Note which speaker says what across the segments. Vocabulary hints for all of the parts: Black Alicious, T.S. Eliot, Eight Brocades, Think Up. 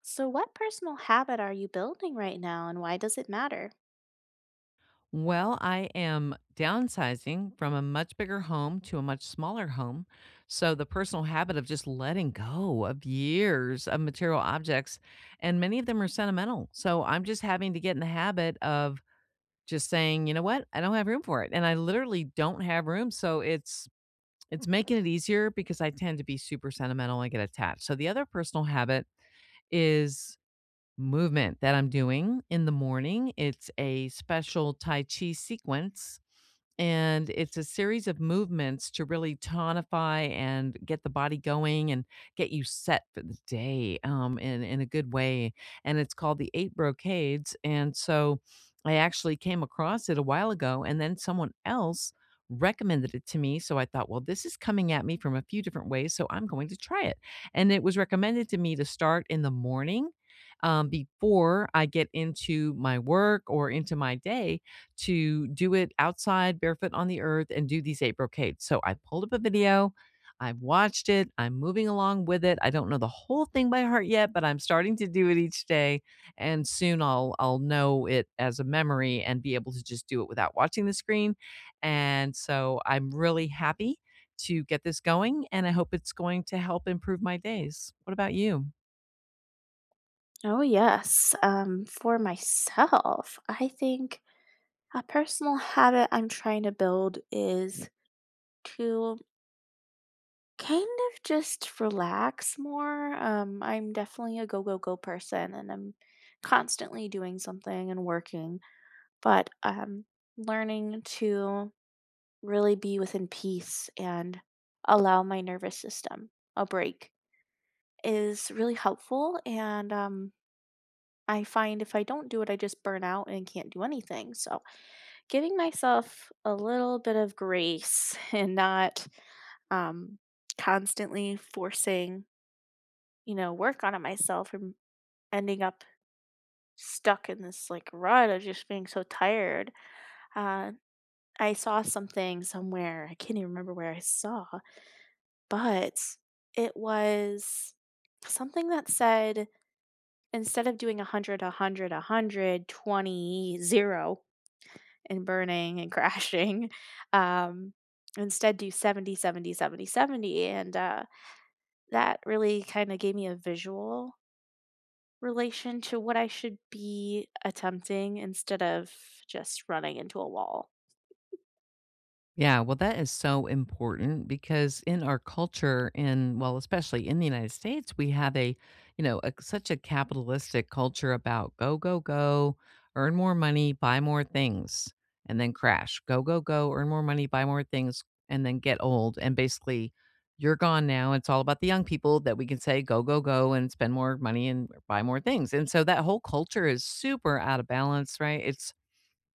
Speaker 1: So, what personal habit are you building right now and why does it matter?
Speaker 2: Well, I am downsizing from a much bigger home to a much smaller home. So, the personal habit of just letting go of years of material objects, and many of them are sentimental. So, I'm just having to get in the habit of just saying, you know what? I don't have room for it. And I literally don't have room. So, it's making it easier because I tend to be super sentimental and get attached. So the other personal habit is movement that I'm doing in the morning. It's a special Tai Chi sequence, and it's a series of movements to really tonify and get the body going and get you set for the day in a good way. And it's called the Eight Brocades. And so I actually came across it a while ago, and then someone else recommended it to me. So I thought, well, this is coming at me from a few different ways. So I'm going to try it. And it was recommended to me to start in the morning before I get into my work or into my day to do it outside barefoot on the earth and do these eight brocades. So I pulled up a video. I've watched it. I'm moving along with it. I don't know the whole thing by heart yet, but I'm starting to do it each day and soon I'll know it as a memory and be able to just do it without watching the screen. And so I'm really happy to get this going and I hope it's going to help improve my days. What about you?
Speaker 1: Oh, yes. For myself, I think a personal habit I'm trying to build is to kind of just relax more. I'm definitely a go, go, go person and I'm constantly doing something and working, but learning to really be within peace and allow my nervous system a break is really helpful. And I find if I don't do it, I just burn out and can't do anything. So giving myself a little bit of grace and not um, constantly forcing, work on it myself and ending up stuck in this like rut of just being so tired. Uh, I saw something somewhere, I can't even remember where I saw, but it was something that said instead of doing 100, 100, 100, 20, 0 and burning and crashing, um, instead do 70, 70, 70, 70, and, that really kinda gave me a visual relation to what I should be attempting instead of just running into a wall.
Speaker 2: Yeah, well, that is so important because in our culture, and well, especially in the United States, we have a, you know, a, such a capitalistic culture about go, go, go, earn more money, buy more things, and then crash. Go, go, go, earn more money, buy more things, and then get old. And basically, you're gone now. It's all about the young people that we can say go, go, go, and spend more money and buy more things. And so that whole culture is super out of balance, right? It's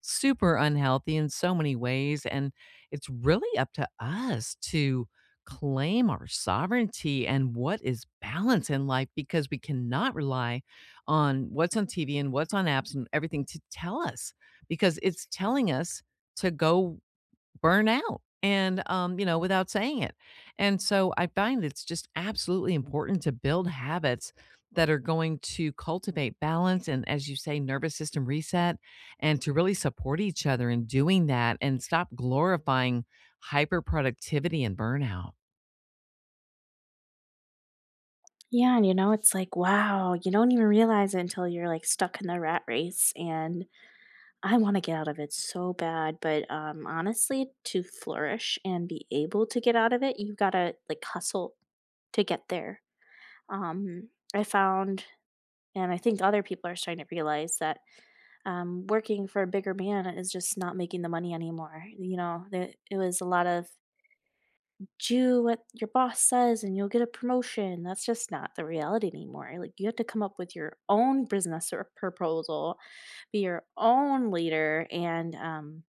Speaker 2: super unhealthy in so many ways. And it's really up to us to claim our sovereignty and what is balance in life because we cannot rely on what's on TV and what's on apps and everything to tell us because it's telling us to go burn out and you know, without saying it. And so I find it's just absolutely important to build habits that are going to cultivate balance and, as you say, nervous system reset, and to really support each other in doing that and stop glorifying hyper productivity and burnout.
Speaker 1: Yeah, and you know, it's like, wow, you don't even realize it until you're like stuck in the rat race. And I want to get out of it so bad. But honestly, to flourish and be able to get out of it, you gotta like hustle to get there. Um, I found, and I think other people are starting to realize that working for a bigger man is just not making the money anymore. You know, there, it was a lot of do what your boss says and you'll get a promotion. That's just not the reality anymore. Like you have to come up with your own business or proposal, be your own leader, and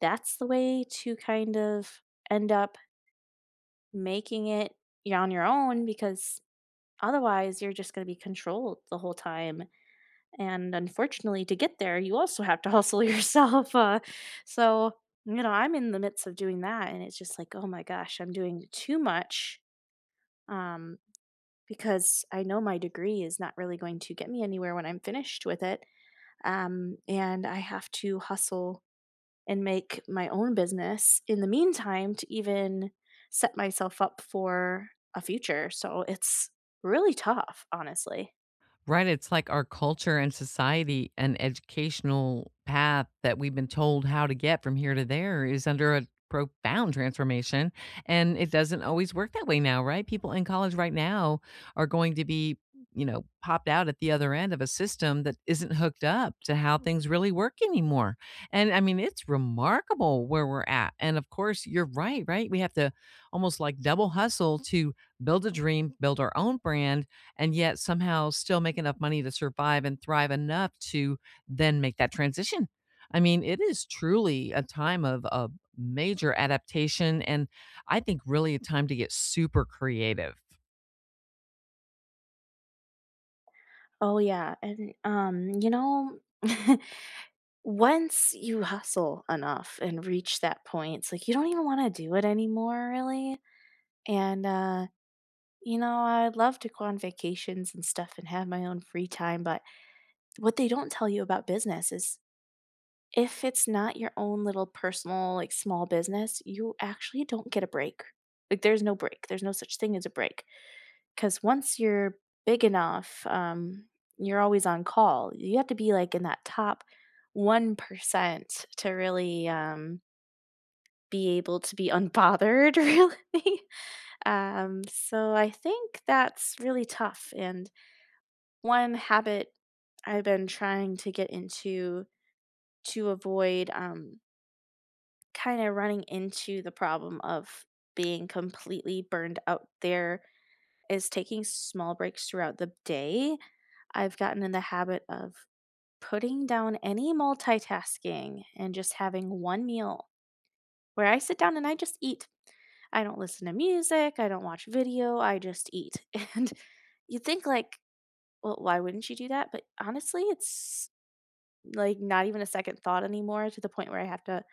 Speaker 1: that's the way to kind of end up making it on your own because otherwise you're just going to be controlled the whole time and unfortunately to get there you also have to hustle yourself so you know I'm in the midst of doing that and it's just like oh my gosh I'm doing too much um because I know my degree is not really going to get me anywhere when I'm finished with it. And I have to hustle and make my own business in the meantime to even set myself up for a future. So it's really tough, honestly.
Speaker 2: Right, it's like our culture and society and educational path that we've been told how to get from here to there is under a profound transformation, and it doesn't always work that way now, right? People in college right now are going to be, you know, popped out at the other end of a system that isn't hooked up to how things really work anymore. And I mean, it's remarkable where we're at. And of course, you're right, right? We have to almost like double hustle to build a dream, build our own brand and yet somehow still make enough money to survive and thrive enough to then make that transition. I mean, it is truly a time of a major adaptation and I think really a time to get super creative.
Speaker 1: Oh yeah, and you know, once you hustle enough and reach that point, it's like you don't even want to do it anymore, really. And you know, I'd love to go on vacations and stuff and have my own free time, but what they don't tell you about business is if it's not your own little personal, like small business, you actually don't get a break. Like, there's no break. There's no such thing as a break. Because once you're big enough, you're always on call. You have to be like in that top 1% to really be able to be unbothered, really. So I think that's really tough. And one habit I've been trying to get into to avoid, kind of running into the problem of being completely burned out there is taking small breaks throughout the day. I've gotten in the habit of putting down any multitasking and just having one meal where I sit down and I just eat. I don't listen to music, I don't watch video, I just eat. And you think like, well, why wouldn't you do that? But honestly, it's like, not even a second thought anymore to the point where I have to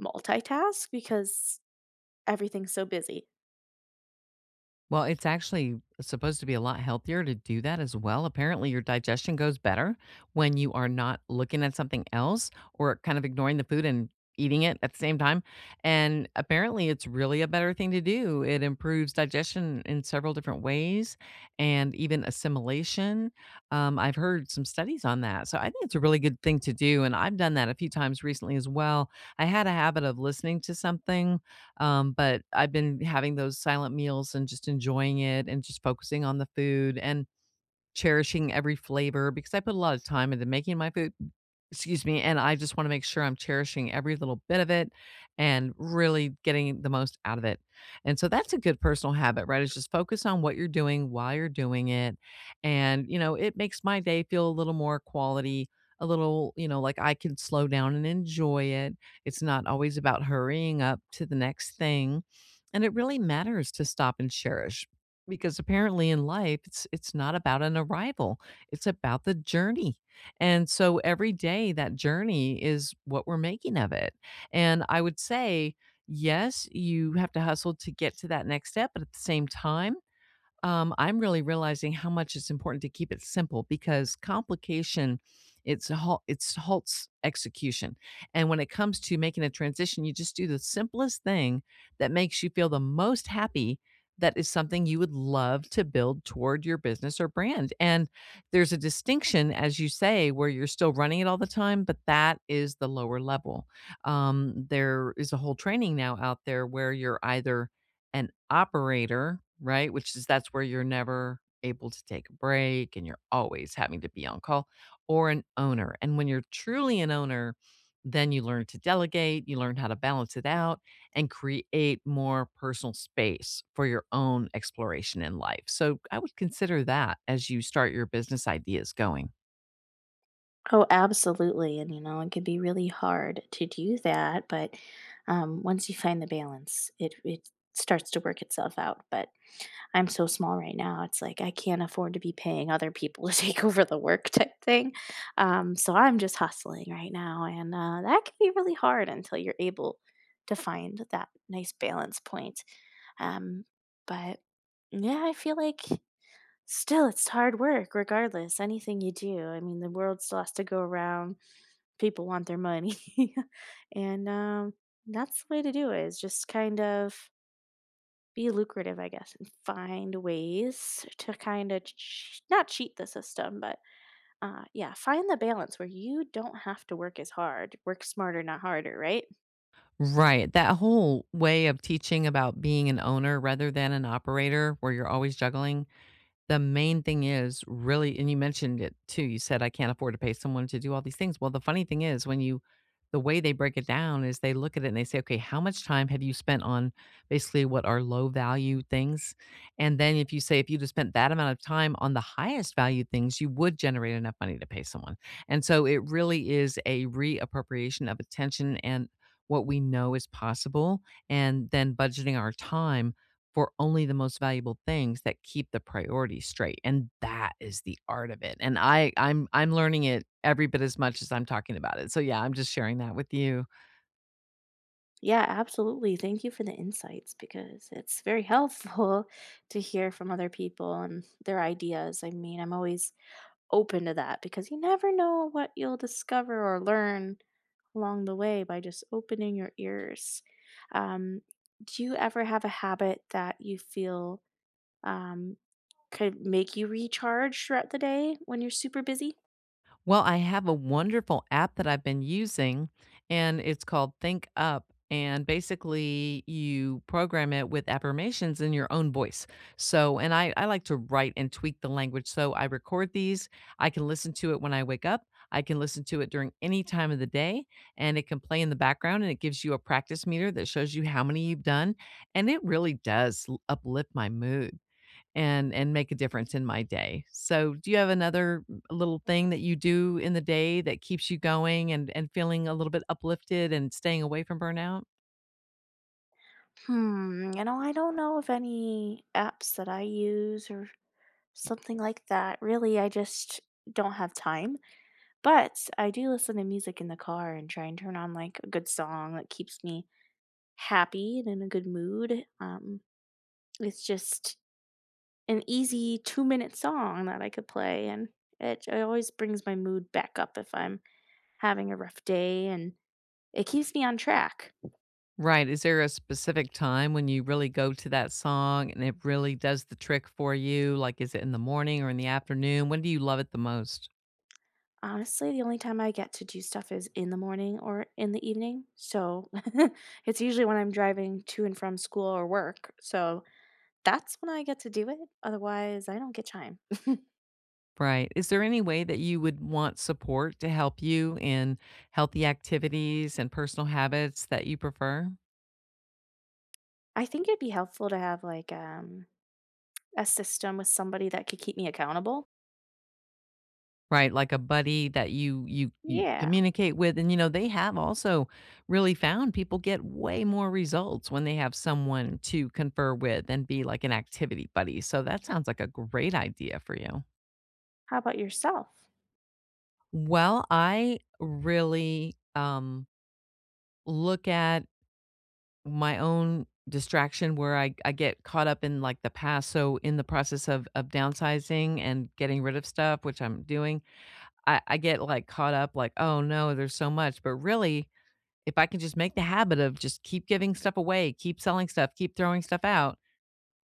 Speaker 1: multitask because everything's so busy.
Speaker 2: Well, it's actually supposed to be a lot healthier to do that as well. Apparently, your digestion goes better when you are not looking at something else or kind of ignoring the food and eating it at the same time. And apparently, it's really a better thing to do. It improves digestion in several different ways and even assimilation. I've heard some studies on that. So I think it's a really good thing to do. And I've done that a few times recently as well. I had a habit of listening to something, but I've been having those silent meals and just enjoying it and just focusing on the food. And cherishing every flavor because I put a lot of time into making my food, excuse me, and I just wanna make sure I'm cherishing every little bit of it and really getting the most out of it. And so that's a good personal habit, right? Is just focus on what you're doing, while you're doing it. And, you know, it makes my day feel a little more quality, a little, you know, like I can slow down and enjoy it. It's not always about hurrying up to the next thing. And it really matters to stop and cherish. Because apparently in life, it's not about an arrival, it's about the journey, and so every day, that journey is what we're making of it, and I would say, yes, you have to hustle to get to that next step, but at the same time, I'm really realizing how much it's important to keep it simple because complication it's halts execution. And when it comes to making a transition, you just do the simplest thing that makes you feel the most happy, that is something you would love to build toward your business or brand. And there's a distinction, as you say, where you're still running it all the time, but that is the lower level. There is a whole training now out there where you're either an operator, right, which is that's where you're never able to take a break and you're always having to be on call, or an owner. And when you're truly an owner, then you learn to delegate, you learn how to balance it out and create more personal space for your own exploration in life. So I would consider that as you start your business ideas going.
Speaker 1: Oh, absolutely. And, you know, it can be really hard to do that. But once you find the balance, it starts to work itself out. But I'm so small right now. It's like I can't afford to be paying other people to take over the work type thing. So I'm just hustling right now. And that can be really hard until you're able to find that nice balance point. Um, but yeah, I feel like still, it's hard work regardless, anything you do. I mean, the world still has to go around. People want their money. And that's the way to do it is just kind of be lucrative, I guess, and find ways to kind of not cheat the system, but yeah, find the balance where you don't have to work as hard. Work smarter, not harder, right?
Speaker 2: Right. That whole way of teaching about being an owner rather than an operator where you're always juggling. The main thing is really, and you mentioned it too, you said, "I can't afford to pay someone to do all these things." Well, the funny thing is when you, the way they break it down is they look at it and they say, "Okay, how much time have you spent on basically what are low value things?" And then if you say, "If you'd have spent that amount of time on the highest value things, you would generate enough money to pay someone." And so it really is a reappropriation of attention and what we know is possible and then budgeting our time for only the most valuable things that keep the priorities straight, and that is the art of it, and I'm learning it every bit as much as I'm talking about it, so yeah, I'm just sharing that with you.
Speaker 1: Yeah, absolutely. Thank you for the insights because it's very helpful to hear from other people and their ideas. I mean, I'm always open to that because you never know what you'll discover or learn along the way by just opening your ears. Um, do you ever have a habit that you feel um, could make you recharge throughout the day when you're super busy?
Speaker 2: Well, I have a wonderful app that I've been using, and it's called Think Up. And basically, you program it with affirmations in your own voice. So, and I like to write and tweak the language. So I record these. I can listen to it when I wake up. I can listen to it during any time of the day, and it can play in the background. And it gives you a practice meter that shows you how many you've done. And it really does uplift my mood and make a difference in my day. So, do you have another little thing that you do in the day that keeps you going and feeling a little bit uplifted and staying away from burnout?
Speaker 1: Hmm, you know, I don't know of any apps that I use or something like that. Really, I just don't have time. But I do listen to music in the car and try and turn on like a good song that keeps me happy and in a good mood. It's just an easy 2 minute song that I could play, and it always brings my mood back up if I'm having a rough day, and it keeps me on track.
Speaker 2: Right, is there a specific time when you really go to that song and it really does the trick for you? Like, is it in the morning or in the afternoon? When do you love it the most?
Speaker 1: Honestly, the only time I get to do stuff is in the morning or in the evening. So it's usually when I'm driving to and from school or work. So that's when I get to do it. Otherwise, I don't get time.
Speaker 2: Right. Is there any way that you would want support to help you in healthy activities and personal habits that you prefer?
Speaker 1: I think it'd be helpful to have like a system with somebody that could keep me accountable.
Speaker 2: Right, like a buddy that you
Speaker 1: Yeah.
Speaker 2: communicate with, and, you know, they have also really found people get way more results when they have someone to confer with and be like an activity buddy, so that sounds like a great idea for you.
Speaker 1: How about yourself?
Speaker 2: Well, I really, look at my own distraction where I get caught up in, like, the past, so in the process of downsizing and getting rid of stuff, which I'm doing, I get, like, caught up, like, "Oh, no, there's so much," but really if I can just make the habit of just keep giving stuff away, keep selling stuff, keep throwing stuff out,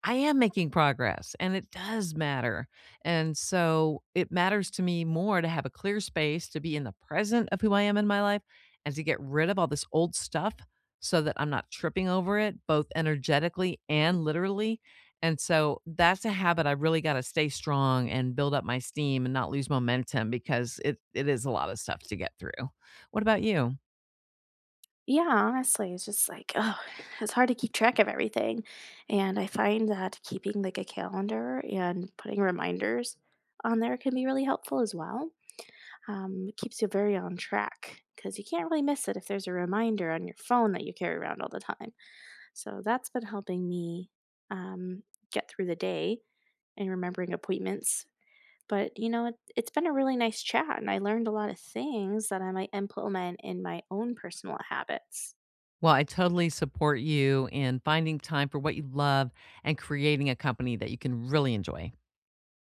Speaker 2: I am making progress and it does matter. And so it matters to me more to have a clear space to be in the present of who I am in my life and to get rid of all this old stuff so that I'm not tripping over it, both energetically and literally. And so that's a habit I really got to stay strong and build up my steam and not lose momentum because it is a lot of stuff to get through. What about you?
Speaker 1: Yeah, honestly, it's just like, oh, it's hard to keep track of everything. And I find that keeping like a calendar and putting reminders on there can be really helpful as well. It keeps you very on track because you can't really miss it if there's a reminder on your phone that you carry around all the time. So that's been helping me um, get through the day and remembering appointments. But, you know, it's been a really nice chat, and I learned a lot of things that I might implement in my own personal habits.
Speaker 2: Well, I totally support you in finding time for what you love and creating a company that you can really enjoy.